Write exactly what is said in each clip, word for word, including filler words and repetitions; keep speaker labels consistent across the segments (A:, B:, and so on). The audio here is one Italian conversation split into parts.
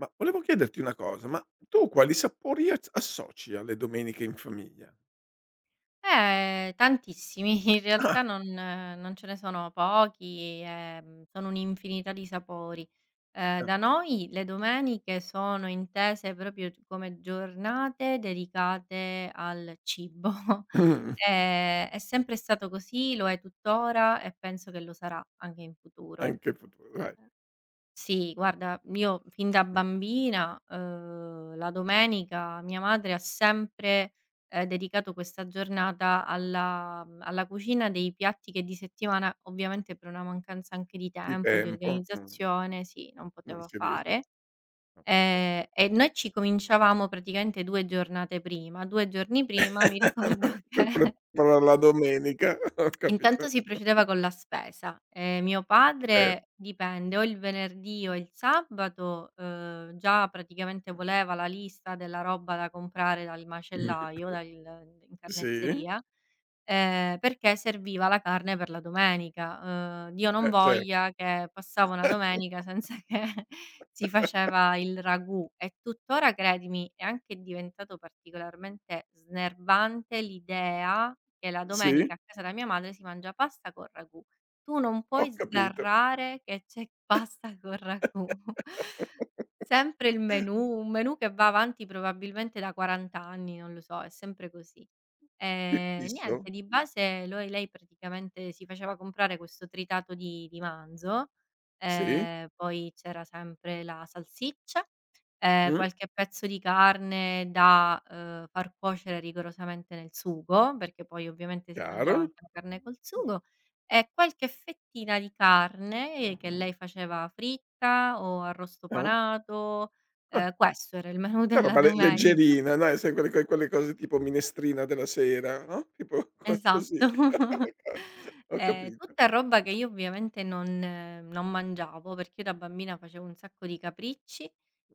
A: Ma volevo chiederti una cosa, ma tu quali sapori az associ alle domeniche in famiglia?
B: Eh, tantissimi. In
A: Ah,
B: realtà non non ce ne sono pochi, ehm, sono un'infinità di sapori. Ehm,
A: ah,
B: da noi le domeniche sono intese proprio c come giornate dedicate al cibo.
A: mh,
B: Ehm, è sempre stato così, lo è tuttora e penso che lo sarà anche in futuro.
A: anche futuro, dai,
B: Ehm sì, guarda, io fin da bambina, uhm, la domenica mia madre ha sempre ehm, dedicato questa giornata alla mhmm, alla cucina dei piatti che di settimana, ovviamente per una mancanza anche di
A: di
B: tempo e di
A: tempo, mh,
B: organizzazione, sì, non
A: non
B: poteva
A: si riesce
B: fare. Ehm, e noi ci cominciavamo praticamente due giornate prima. due giorni prima mi ricordo
A: per
B: che
A: preparare la domenica, ho
B: intanto
A: capito.
B: si procedeva con la spesa. Ehm, mio
A: Per
B: padre dipende, o il venerdì o il sabato, uhm, già praticamente voleva la lista della roba da comprare dal macellaio, dal in
A: Sì,
B: carnezzeria, ehm, perché serviva la carne per la domenica. Uhm, Dio non
A: eh, certo,
B: voglia che passava una domenica senza che si faceva il ragù, e tuttora, credimi, è anche diventato particolarmente snervante l'idea che la
A: sì,
B: domenica a casa da mia madre si mangia pasta col ragù. Tu non
A: ho
B: puoi
A: capito,
B: sgarrare che c'è pasta col ragù. Sempre il menù, un menù che va avanti probabilmente da quarant'anni anni, non lo so, è sempre così.
A: fi
B: Ehm,
A: fisso,
B: niente, di base lui lei praticamente si faceva comprare questo tritato di di manzo,
A: sì,
B: ehm, poi c'era sempre la salsiccia, ehm,
A: mh,
B: qualche pezzo di carne da, uhm, far cuocere rigorosamente nel sugo, perché poi ovviamente si mangiava
A: chiaro,
B: anche la carne col sugo, e qualche fettina di carne che lei faceva fritta o arrosto
A: ah,
B: panato,
A: ah,
B: ehm, questo era il menù
A: una
B: della
A: roba le
B: domenica.
A: leggerina, dai, sai quelle que quelle cose tipo minestrina della sera, no, tipo co
B: Esatto.
A: così, ho
B: Ehm,
A: capito,
B: tutta roba che io ovviamente non eh, non mangiavo, perché io da bambina facevo un sacco di capricci,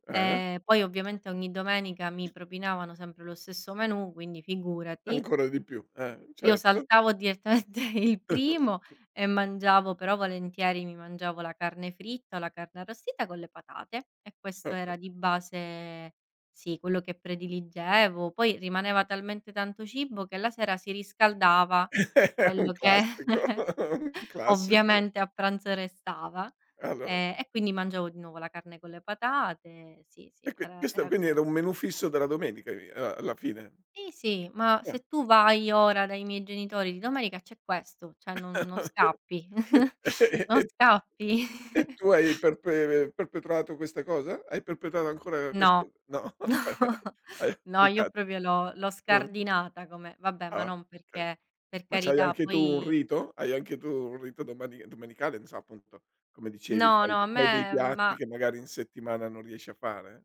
A: eh?
B: ehm, poi ovviamente ogni domenica mi propinavano sempre lo stesso menù, quindi figurati.
A: Ancora di più, eh,
B: Io
A: certo.
B: saltavo direttamente il primo e mangiavo, però volentieri mi mangiavo la carne fritta o la carne arrostita con le patate, e questo
A: Ho
B: era
A: capi
B: di base, sì, quello che prediligevo. Poi rimaneva talmente tanto cibo che la sera si riscaldava
A: È un
B: quello che
A: classico, un classico.
B: ovviamente a pranzo restava,
A: Allora,
B: ehm, e quindi mangiavo di nuovo la carne con le patate. Sì, sì,
A: e qui
B: era
A: questo
B: era
A: quindi era un
B: ques.
A: menù fisso della domenica i a alla fine?
B: Sì, sì, ma
A: Eh.
B: se tu vai ora dai miei genitori di domenica c'è questo, cioè non non scappi,
A: E
B: non
A: e
B: scappi.
A: e tu hai perpe perpetrato questa cosa? Hai perpetrato ancora
B: No,
A: questo, no?
B: no,
A: Hai
B: no, io
A: applicato.
B: proprio l'ho l'ho
A: Mh.
B: scardinata, come vabbè, ma
A: Ah,
B: non
A: okay.
B: perché, per
A: Ma c'hai
B: carità.
A: anche tu un
B: Poi
A: rito? Hai anche tu un rito domani domenicale? Non so, appunto, come dicevi,
B: no,
A: fai
B: no, a
A: de fai dei
B: me
A: piatti
B: ma
A: che magari in settimana non riesci a fare?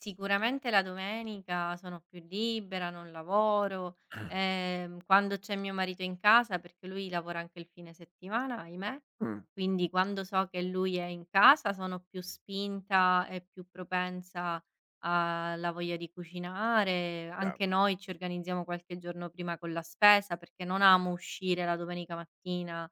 B: sicuramente la domenica sono più libera, non lavoro, ehm, quando c'è mio marito in casa, perché lui lavora anche il fine settimana, ahimè,
A: Mh,
B: quindi quando so che lui è in casa sono più spinta e più propensa alla voglia di cucinare.
A: chiaro.
B: Anche noi ci organizziamo qualche giorno prima con la spesa, perché non amo uscire la domenica mattina,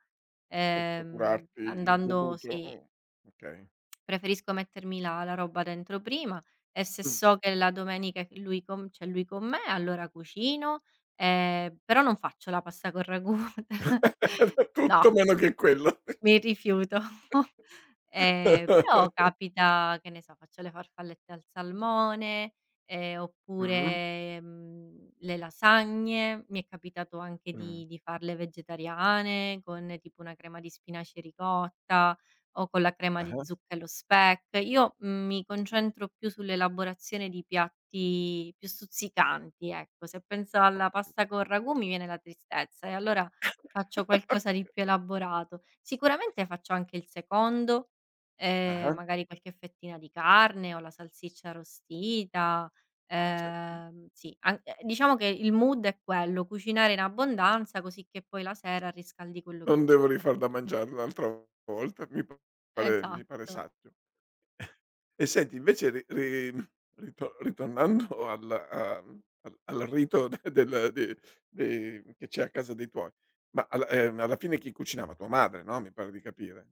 A: Per
B: ehm,
A: procurarti il
B: andando
A: dovuto,
B: sì.
A: mh, okay.
B: Preferisco mettermi la la roba dentro prima, e se
A: Mh.
B: so che la domenica che lui con c'è lui con me, allora cucino, ehm, però non faccio la pasta con ragù. No.
A: Tutto meno che quello.
B: Mi rifiuto. Ehm, però capita, che ne so, faccio le farfallette al salmone, ehm,
A: Mh,
B: oppure, mhmm, le lasagne. Mi è capitato anche
A: mh.
B: di di farle vegetariane, con tipo una crema di spinaci e ricotta, o con la crema di
A: Ah-ah,
B: zucca e lo speck. Io, mhmm, mi concentro più sull'elaborazione di piatti più stuzzicanti, ecco. Se penso
A: o
B: alla pasta col ragù mi viene la tristezza, e allora faccio qualcosa di più elaborato. Sicuramente faccio anche il secondo, ehm,
A: ah-ah,
B: magari qualche fettina di carne o la salsiccia arrostita,
A: certo.
B: ehm, sì, an ehm, diciamo che il mood è quello, cucinare in abbondanza così che poi la sera riscaldi quello
A: Non
B: che c'è.
A: devo rifar da mangiare un'altra volta, mi pare mi pare
B: Esatto.
A: saggio. E senti invece, ri ri ritor ritornando al a al al rito de del de de che c'è a casa dei tuoi, ma alla ehm, alla fine chi cucinava? Tua madre, no, mi pare di capire.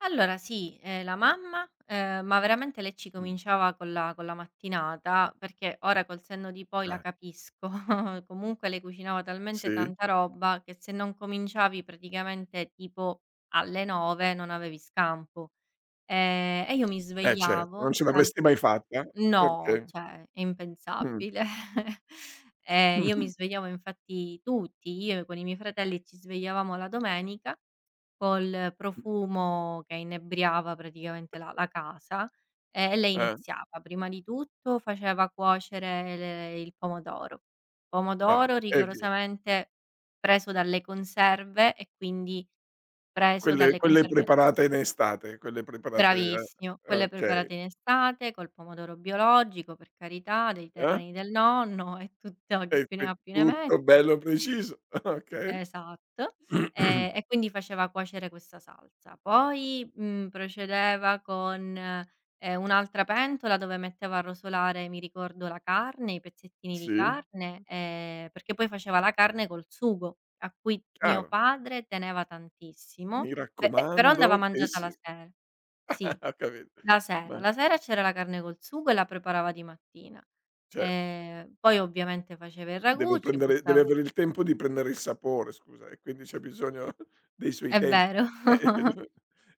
B: Allora sì, ehm, la mamma, ehm, ma veramente lei ci
A: Mh,
B: cominciava con la con la mattinata, perché ora col senno di poi la
A: eh.
B: capisco, comunque lei cucinava talmente
A: Sì?
B: tanta roba che se non cominciavi praticamente tipo alle nove non avevi scampo. Ehm, e io mi
A: Eh, certo, non
B: svegliavo
A: ce
B: la.
A: l'avresti mai fatta, eh?
B: No,
A: Okay.
B: cioè è
A: Mh.
B: impensabile. Ehm, io mi svegliavo, infatti tutti, io con i miei fratelli ci svegliavamo la domenica col profumo che inebriava praticamente la la casa, ehm, e lei
A: Eh,
B: iniziava. Prima di tutto faceva cuocere le il pomodoro.
A: ah,
B: Pomodoro
A: e via.
B: rigorosamente preso dalle conserve, e quindi preso
A: Quelle
B: dalle
A: quelle
B: conserve
A: preparate in estate, quelle preparate,
B: bravissimo,
A: eh,
B: quelle
A: okay.
B: preparate in estate, col pomodoro biologico, per carità, dei
A: Eh?
B: terreni del nonno, e tutto chi
A: E
B: più ne
A: qui
B: ha più ne
A: tutto
B: metta.
A: bello preciso, okay.
B: Esatto. Ehm, e quindi faceva cuocere questa salsa. Poi, mhmm, procedeva con, ehm, un'altra pentola dove metteva a rosolare, mi ricordo, la carne, i pezzettini di
A: Sì,
B: carne, ehm, perché poi faceva la carne col sugo, a cui mio
A: chiaro.
B: padre teneva tantissimo,
A: Mi
B: pe e però andava
A: raccomando che
B: mangiata la
A: si
B: sera. Sì.
A: ho capito.
B: La sera.
A: Ma
B: La sera c'era la carne col sugo e la preparava di mattina.
A: certo,
B: Ehm, poi ovviamente faceva il
A: che
B: ragù,
A: deve
B: ci
A: prendere deve
B: buttava,
A: avere il tempo di prendere il sapore, scusa, e quindi c'è bisogno dei suoi
B: è
A: tempi.
B: vero.
A: Eh,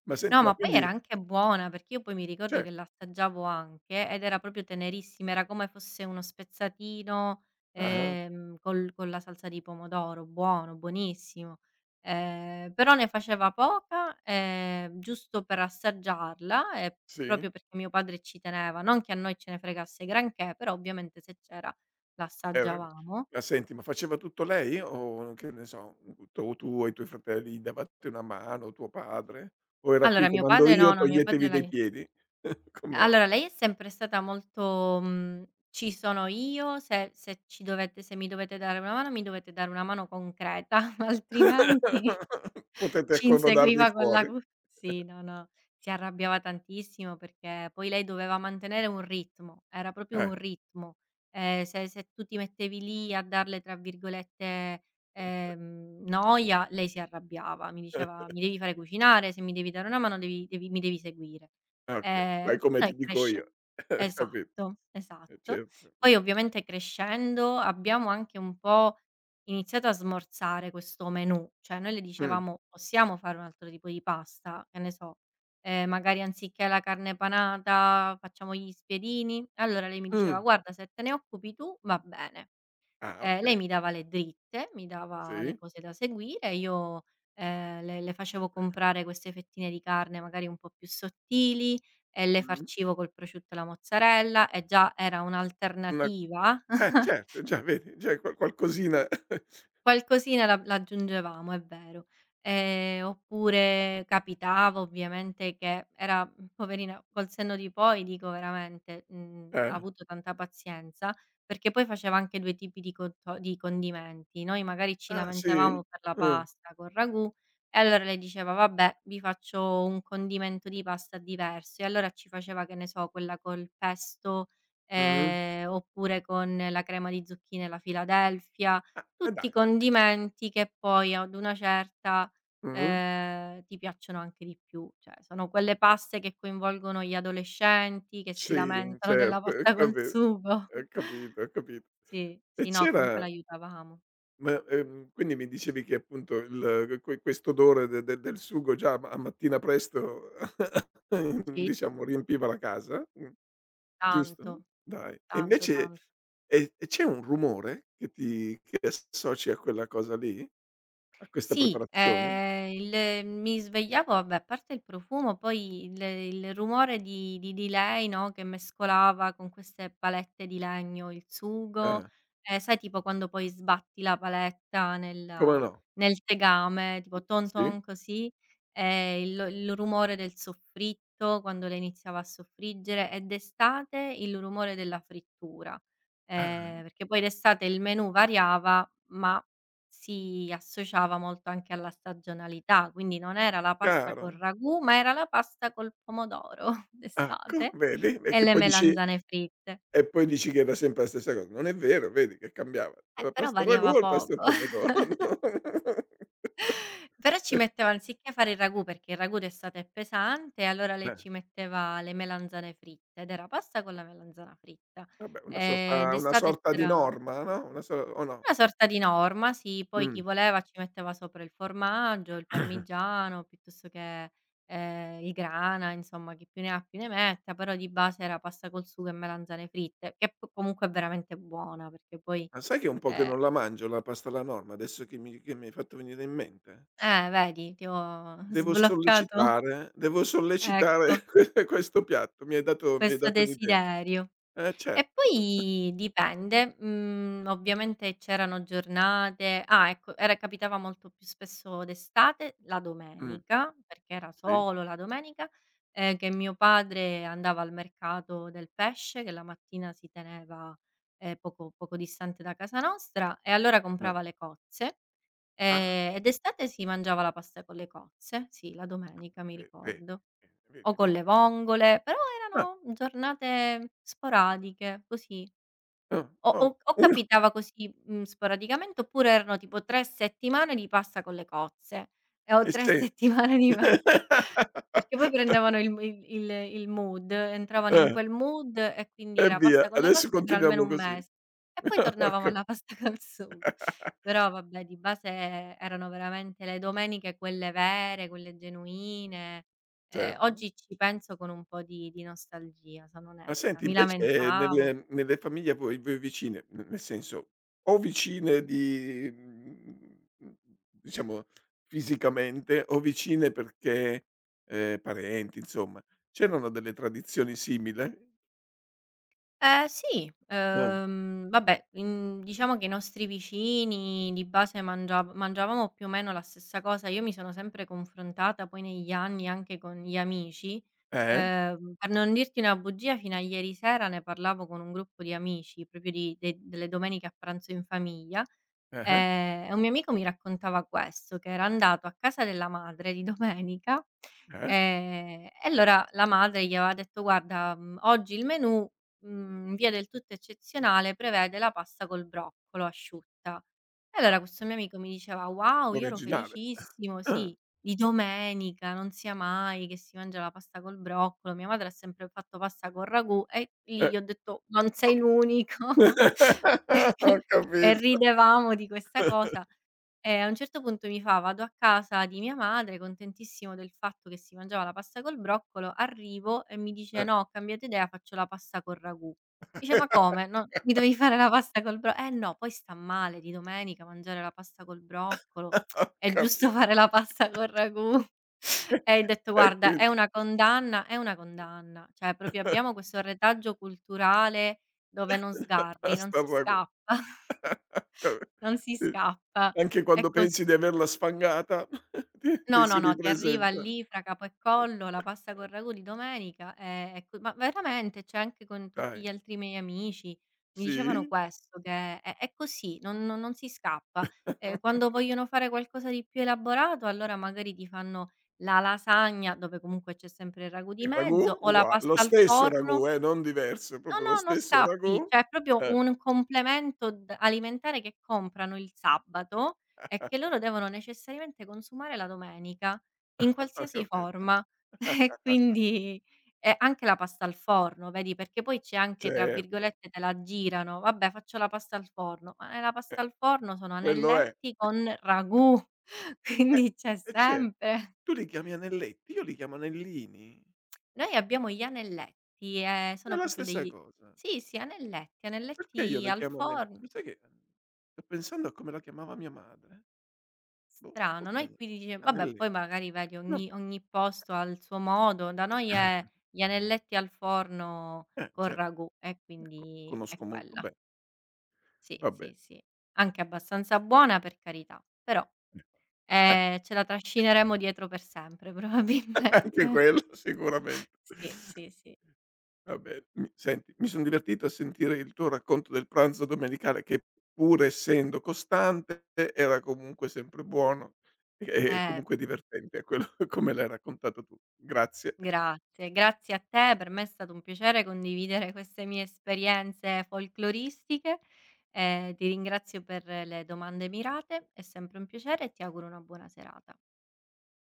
A: ma senti,
B: No,
A: ma
B: ma poi era
A: quindi,
B: anche buona, perché io poi mi ricordo
A: cioè,
B: che l'assaggiavo anche, ed era proprio tenerissima, era come fosse uno spezzatino,
A: ah-ah,
B: ehm, col con la salsa di pomodoro, buono, buonissimo. Ehm, però ne faceva poca, ehm, giusto per assaggiarla, e
A: sì?
B: proprio perché mio padre ci teneva, non che a noi ce ne fregasse granché, però ovviamente se c'era
A: Eh, vabbè.
B: l'assaggiavamo.
A: Ma senti, ma faceva tutto lei, o, che ne so, tu tu e i tuoi fratelli gli davate una mano, tuo padre? O era "qui
B: Allora mio
A: comando
B: padre no,
A: io,
B: no, mio padre
A: toglietevi
B: la.
A: dai piedi"? Com'è?
B: Allora, lei è sempre stata molto, mhmm: "Ci sono io, se se ci dovete se mi dovete dare una mano, mi dovete dare una mano concreta, altrimenti".
A: Potete
B: Ci
A: accomodarvi
B: inseguiva con la
A: fuori.
B: cu, sì, no, no, si arrabbiava tantissimo perché poi lei doveva mantenere un ritmo, era proprio
A: Eh,
B: un ritmo. Ehm, se se tu ti mettevi lì a darle, tra virgolette, ehm, "noia", lei si arrabbiava, mi
A: eh,
B: diceva: "Mi devi fare cucinare, se mi devi dare una mano devi devi mi devi seguire".
A: okay.
B: Ehm,
A: Fai come
B: noi
A: ti dico
B: cresce,
A: io. Capito,
B: esatto,
A: eh,
B: esatto.
A: certo. Mh.
B: Poi ovviamente crescendo abbiamo anche un po' iniziato a smorzare questo menù, cioè noi le
A: Mh.
B: dicevamo: "Possiamo fare un altro tipo di pasta?" Che ne so, ehm, magari anziché la carne panata facciamo gli spiedini? Allora lei mi
A: Mh.
B: diceva: "Guarda, se te ne occupi tu va bene."
A: Ah,
B: Ehm, lei
A: okay.
B: mi dava le dritte, mi dava le
A: Sì.
B: cose da seguire, io, ehm, le le facevo comprare queste fettine di carne magari un po' più sottili e le
A: Mh.
B: farcivo col prosciutto e la mozzarella, e già era
A: Una
B: un'alternativa.
A: Eh, certo, già vedi, già qual qualcosina
B: Qualcosina la l'aggiungevamo, è vero. Ehm, oppure capitava ovviamente che era mhmm, poverina, col senno di poi dico veramente, mhmm, ha
A: eh.
B: avuto tanta pazienza, perché poi faceva anche due tipi di conto di condimenti. Noi magari ci
A: Ah, sì?
B: lamentavamo per la
A: Mh.
B: pasta col ragù, e allora lei diceva: "Vabbè, vi faccio un condimento di pasta diverso". E allora ci faceva, che ne so, quella col pesto,
A: Mh.
B: ehm, oppure con la crema di zucchine e la Philadelphia,
A: Ah, e
B: tutti i
A: dai.
B: condimenti che poi ad una certa,
A: Mh.
B: ehm, ti piacciono anche di più. Cioè, sono quelle paste che coinvolgono gli adolescenti, che si
A: Sì,
B: lamentano della
A: certo, ho
B: pasta col
A: capi
B: sugo.
A: ho capito, ho capito.
B: Sì,
A: E
B: sì, no, comunque
A: c'era
B: l'aiutavamo.
A: ma, ehm, quindi mi dicevi che appunto il que quest'odore de de del sugo già a mattina presto,
B: Sì,
A: diciamo, riempiva la casa, mh,
B: tanto,
A: giusto? Dai. E
B: tanto, tan.
A: invece, e e c'è un rumore che ti che associ a quella cosa lì? A questa
B: Sì,
A: preparazione?
B: ehm, il mi svegliavo, vabbè, a parte il profumo, poi il il rumore di di di lei, no, che mescolava con queste palette di legno il sugo,
A: Ah,
B: ehm, sai tipo quando poi sbatti la paletta
A: come
B: nel
A: no?
B: nel tegame, tipo ton
A: Sì?
B: ton così, ehm, il il rumore del soffritto quando lei iniziava a soffriggere, e d'estate il rumore della frittura,
A: Ah,
B: ehm, perché poi d'estate il menù variava, ma si associava molto anche alla stagionalità, quindi non era la pasta col
A: chiaro.
B: ragù, ma era la pasta col pomodoro
A: Ah, co
B: d'estate,
A: vedi? E
B: e
A: che
B: le
A: poi dici
B: melanzane fritte.
A: E poi dici che era sempre la stessa cosa. Non è vero, vedi che cambiava.
B: Eh,
A: Dalla
B: però
A: pasta al
B: variava
A: ragù al pesto e al
B: poco.
A: pomodoro.
B: Però ci
A: Eh,
B: metteva, anziché fare il ragù, perché il ragù d'estate è pesante, allora lei
A: eh,
B: ci metteva le melanzane fritte ed era pasta con la melanzana fritta.
A: vabbè, una
B: Ehm,
A: sorta una
B: d'estate
A: sorta di
B: c'era
A: norma, no, una so o no?
B: una sorta di norma, sì, poi chi
A: Mh.
B: voleva ci metteva sopra il formaggio, il parmigiano, piuttosto che, ehm, il grana, insomma chi più ne ha più ne metta, però di base era pasta col sugo e melanzane fritte, che p comunque è veramente buona perché poi
A: Ma sai che è un po' che
B: ehm,
A: non la mangio, la pasta alla norma, adesso che mi che mi hai fatto venire in mente?
B: eh vedi, ti ho
A: Devo
B: sbloccato,
A: sollecitare devo
B: ecco,
A: sollecitare que questo piatto. Mi hai dato mi hai
B: questo
A: dato un'idea.
B: desiderio.
A: Eh,
B: E
A: certo.
B: poi dipende, mhmm, ovviamente c'erano giornate, ah ecco, era capitava molto più spesso d'estate, la
A: Mh,
B: domenica, perché era
A: sì,
B: solo la domenica, ehm, che mio padre andava al mercato del pesce, che la mattina si teneva, ehm, poco poco distante da casa nostra, e allora
A: eh.
B: comprava le cozze,
A: Ah,
B: ehm, e d'estate si mangiava la pasta con le cozze, sì, la domenica mi
A: ve vedi,
B: ricordo.
A: eh,
B: O
A: vedi,
B: con
A: vedi.
B: le vongole, però
A: Ah,
B: erano giornate sporadiche, così.
A: ah,
B: O o
A: oh,
B: o
A: uno
B: capitava così, mhmm, sporadicamente, oppure erano tipo tre settimane di pasta con le cozze, e o
A: e
B: tre
A: sen
B: settimane di pa. Perché poi prendevano il m il il il mood, entravano in
A: eh,
B: quel mood e quindi
A: e
B: era pasta
A: via.
B: con le
A: Adesso
B: cozze per almeno
A: continuiamo
B: un
A: così.
B: mese. E poi
A: Ho
B: tornavamo
A: capa
B: alla pasta col sugo. Però vabbè, di base erano veramente le domeniche quelle vere, quelle genuine. Ehm,
A: Certo.
B: oggi ci penso con un po' di di nostalgia, sono
A: Ma
B: onesta.
A: senti
B: Mi
A: invece, eh,
B: lamentavo.
A: nelle nelle famiglie a voi voi vicine, n nel senso, o vicine di, mhmm, diciamo, fisicamente, o vicine perché, ehm, parenti, insomma, c'erano delle tradizioni simile?
B: Ehm, sì,
A: Eh.
B: uhm, vabbè, mhmm, diciamo che i nostri vicini di base mangiav mangiavamo più o meno la stessa cosa. Io mi sono sempre confrontata poi negli anni anche con gli amici,
A: Eh?
B: ehm, per non dirti una bugia, fino a ieri sera ne parlavo con un gruppo di amici, proprio di de delle domeniche a pranzo in famiglia,
A: Eh-eh,
B: ehm, e un mio amico mi raccontava questo, che era andato a casa della madre di domenica,
A: eh?
B: ehm, e allora la madre gli aveva detto: "Guarda, mhmm, oggi il menù, mhmm, in via del tutto eccezionale prevede la pasta col broccolo asciutta." E
A: Ah,
B: allora questo mio amico mi diceva: "Wow, io ero
A: originale.
B: felicissimo,
A: Ah,
B: sì, di domenica, non sia mai che si mangia la pasta col broccolo, mia madre ha sempre fatto pasta col ragù", e lì
A: eh.
B: gli ho detto: "Non sei l'unico."
A: Ho
B: E
A: capito.
B: ridevamo di questa cosa. E a un certo punto mi fa: "Vado a casa di mia madre, contentissimo del fatto che si mangiava la pasta col broccolo, arrivo e mi dice: "No, ho cambiato idea, faccio la pasta col ragù". Dice: "Ma come? No, mi dovevi fare la pasta col bro." "Eh no, poi sta male di domenica mangiare la pasta col broccolo,
A: Ho
B: è giusto
A: capi
B: fare la pasta col ragù". E ho detto:
A: e
B: "Guarda, è
A: quindi
B: una condanna è una condanna." Cioè proprio abbiamo questo retaggio culturale dove non sgarri, non
A: pasta
B: si
A: al ragù.
B: scappa, non si
A: Sì.
B: scappa.
A: Anche
B: È
A: quando pensi di
B: così.
A: averla sfangata, ti ti
B: No,
A: si
B: no, no, ti arriva
A: ripresenta,
B: lì fra capo e collo, la pasta col ragù di domenica, ehm, e co ma veramente, cioè anche con tutti gli
A: dai,
B: altri miei amici mi dicevano
A: sì,
B: questo, che è è così, non non non si scappa. Ehm, quando vogliono fare qualcosa di più elaborato, allora magari ti fanno la lasagna, dove comunque c'è sempre il ragù di
A: il ragù
B: mezzo, o la
A: ugua lo
B: pasta al
A: stesso
B: forno.
A: ragù, eh, non diverso,
B: No,
A: proprio lo
B: no, non
A: stesso
B: scappi,
A: ragù,
B: cioè è proprio
A: eh,
B: un complemento d alimentare che comprano il sabato e che loro devono necessariamente consumare la domenica, in
A: ho
B: qualsiasi
A: capito.
B: forma.
A: Eh,
B: E quindi e anche la pasta al forno, vedi, perché poi c'è anche, tra
A: certo,
B: virgolette, "te la girano", "Vabbè, faccio la pasta al forno", ma nella pasta
A: eh,
B: al forno sono
A: quello è.
B: anelletti con ragù,
A: Eh,
B: quindi c'è
A: e cer
B: sempre.
A: tu li chiami anelletti, io li chiamo anellini.
B: Noi abbiamo gli anelletti, ehm,
A: È
B: sono
A: la
B: proprio
A: stessa
B: degli,
A: cosa.
B: sì, sì, anelletti,
A: Perché io
B: anelletti
A: le
B: al
A: chiamo anel
B: forno.
A: ma sai che, eh, sto pensando a come la chiamava mia madre? Boh,
B: Strano,
A: forse
B: noi
A: ane
B: qui dice vabbè,
A: anelletti,
B: poi magari vedi ogni ogni posto ha il suo modo, da noi è
A: no.
B: gli anelletti al forno
A: Eh,
B: con
A: cer
B: ragù e
A: ecco,
B: quindi è
A: conosco molto
B: quella.
A: bene.
B: Sì,
A: Vabbè,
B: sì, sì. Anche abbastanza buona, per carità, però,
A: eh,
B: ehm, ce la trascineremo dietro per sempre
A: eh, anche
B: probabilmente.
A: quello sicuramente.
B: Sì, sì, sì.
A: Va bene. Mi senti, mi son divertito a sentire il tuo racconto del pranzo domenicale che, pur essendo costante, era comunque sempre buono e e
B: Eh.
A: comunque divertente, è quello, come l'hai raccontato tu. Grazie.
B: Grazie, grazie a te, per me è stato un piacere condividere queste mie esperienze folcloristiche, ehm, ti ringrazio per le domande mirate, è sempre un piacere e ti auguro una buona serata.